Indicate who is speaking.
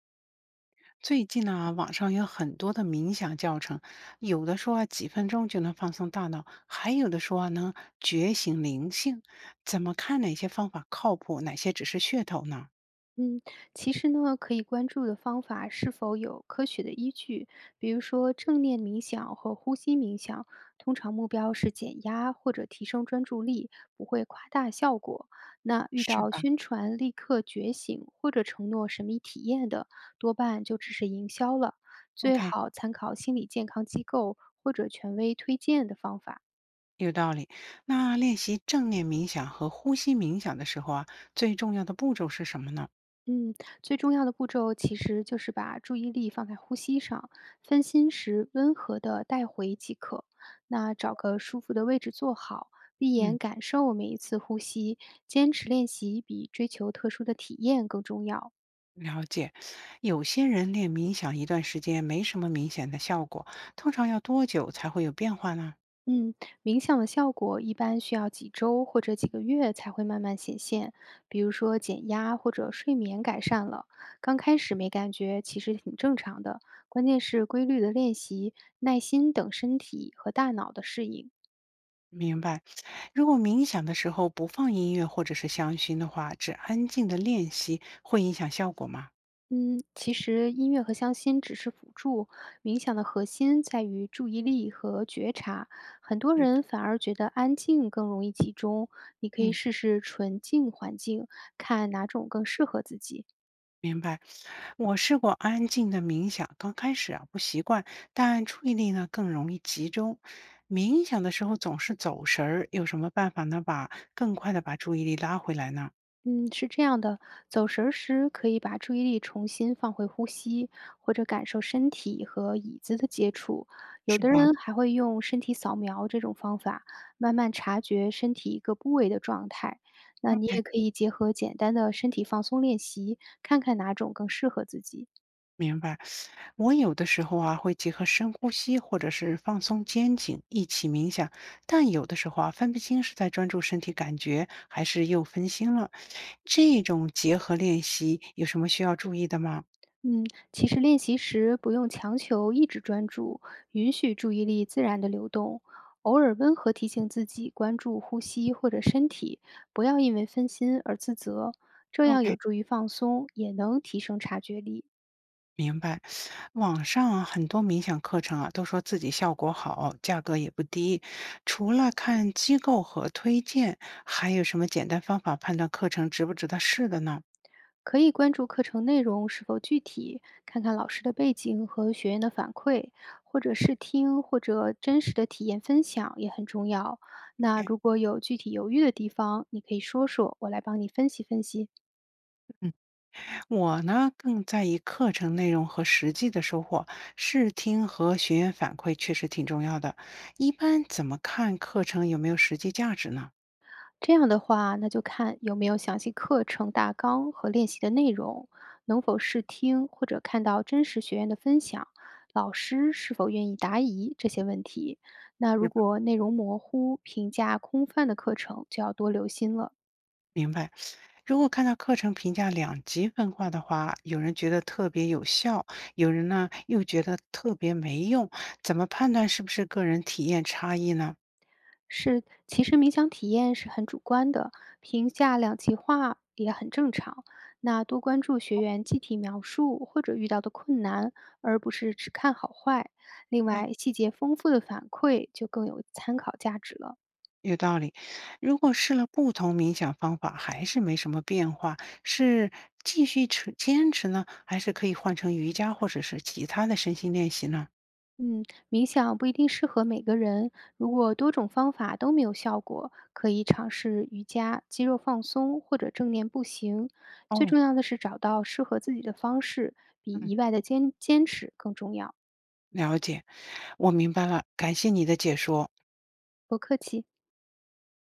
Speaker 1: 最近呢，网上有很多的冥想教程，有的说啊几分钟就能放松大脑，还有的说啊能觉醒灵性。怎么看哪些方法靠谱，哪些只是噱头呢？
Speaker 2: 嗯，其实呢，可以关注的方法是否有科学的依据，比如说正念冥想和呼吸冥想，通常目标是减压或者提升专注力，不会夸大效果。那遇
Speaker 1: 是
Speaker 2: 到
Speaker 1: 吧
Speaker 2: 宣传立刻觉醒或者承诺神秘体验的，多半就只是营销了。最
Speaker 1: ？OK，
Speaker 2: 好参考心理健康机构或者权威推荐的方法。
Speaker 1: 有道理。那练习正念冥想和呼吸冥想的时候啊，最重要的步骤是什么呢？
Speaker 2: 嗯，最重要的步骤其实就是把注意力放在呼吸上，分心时温和的带回即可。那找个舒服的位置坐好，闭
Speaker 1: 嗯，
Speaker 2: 眼感受每一次呼吸，坚持练习比追求特殊的体验更重要。
Speaker 1: 了解，有些人练冥想一段时间没什么明显的效果，通常要多久才会有变化呢？
Speaker 2: 嗯，冥想的效果一般需要几周或者几个月才会慢慢显现，比如说减压或者睡眠改善了，刚开始没感觉其实挺正常的，关键是规律的练习、耐心等身体和大脑的适应。
Speaker 1: 明白。如果冥想的时候不放音乐或者是香薰的话，只安静的练习，会影响效果吗？
Speaker 2: 嗯，其实音乐和香薰只是辅助，冥想的核心在于注意力和觉察。很多
Speaker 1: 嗯，
Speaker 2: 人反而觉得安静更容易集中，你可以
Speaker 1: 嗯，
Speaker 2: 试试纯净环境，看哪种更适合自己。
Speaker 1: 明白。我试过安静的冥想，刚开始啊不习惯，但注意力呢更容易集中。冥想的时候总是走神儿，有什么办法能把更快的把注意力拉回来呢？
Speaker 2: 嗯，是这样的，走神儿时可以把注意力重新放回呼吸，或者感受身体和椅子的接触。有
Speaker 1: 是
Speaker 2: 的
Speaker 1: 吧
Speaker 2: 人还会用身体扫描这种方法，慢慢察觉身体一个部位的状态。那你
Speaker 1: ？OK，
Speaker 2: 也可以结合简单的身体放松练习，看看哪种更适合自己。
Speaker 1: 明白，我有的时候啊会结合深呼吸或者是放松肩颈一起冥想，但有的时候啊分不清是在专注身体感觉，还是又分心了。这种结合练习有什么需要注意的吗
Speaker 2: 嗯，其实练习时不用强求一直专注，允许注意力自然的流动，偶尔温和提醒自己关注呼吸或者身体，不要因为分心而自责，这样
Speaker 1: ？OK，
Speaker 2: 有助于放松，也能提升察觉力。
Speaker 1: 明白。网上啊很多冥想课程啊都说自己效果好，价格也不低。除了看机构和推荐，还有什么简单方法判断课程值不值得试的呢？
Speaker 2: 可以关注课程内容是否具体，看看老师的背景和学员的反馈，或者试听或者真实的体验分享也很重要。那
Speaker 1: 哎
Speaker 2: 如果有具体犹豫的地方，你可以说说，我来帮你分析分析。
Speaker 1: 嗯我呢，更在意课程内容和实际的收获，试听和学员反馈确实挺重要的。一般怎么看课程有没有实际价值呢？
Speaker 2: 这样的话，那就看有没有详细课程大纲和练习的内容，能否试听或者看到真实学员的分享，老师是否愿意答疑这些问题。那
Speaker 1: 明
Speaker 2: 如
Speaker 1: 白。
Speaker 2: 果内容模糊、评价空泛的课程，就要多留心了。
Speaker 1: 明白如果看到课程评价两极分化的话，有人觉得特别有效，有人呢又觉得特别没用，怎么判断是不是个人体验差异呢？
Speaker 2: 是，其实冥想体验是很主观的，评价两极化也很正常。那多关注学员具体描述或者遇到的困难，而不是只看好坏。另外，细节丰富的反馈就更有参考价值了。
Speaker 1: 有道理，如果试了不同冥想方法还是没什么变化，是继续持坚持呢，还是可以换成瑜伽或者是其他的身心练习呢？
Speaker 2: 嗯，冥想不一定适合每个人，如果多种方法都没有效果，可以尝试瑜伽、肌肉放松或者正念步行。最
Speaker 1: 哦，
Speaker 2: 重要的是找到适合自己的方式，比
Speaker 1: 嗯，
Speaker 2: 一外的坚持更重要。
Speaker 1: 了解，我明白了，感谢你的解说。
Speaker 2: 不客气。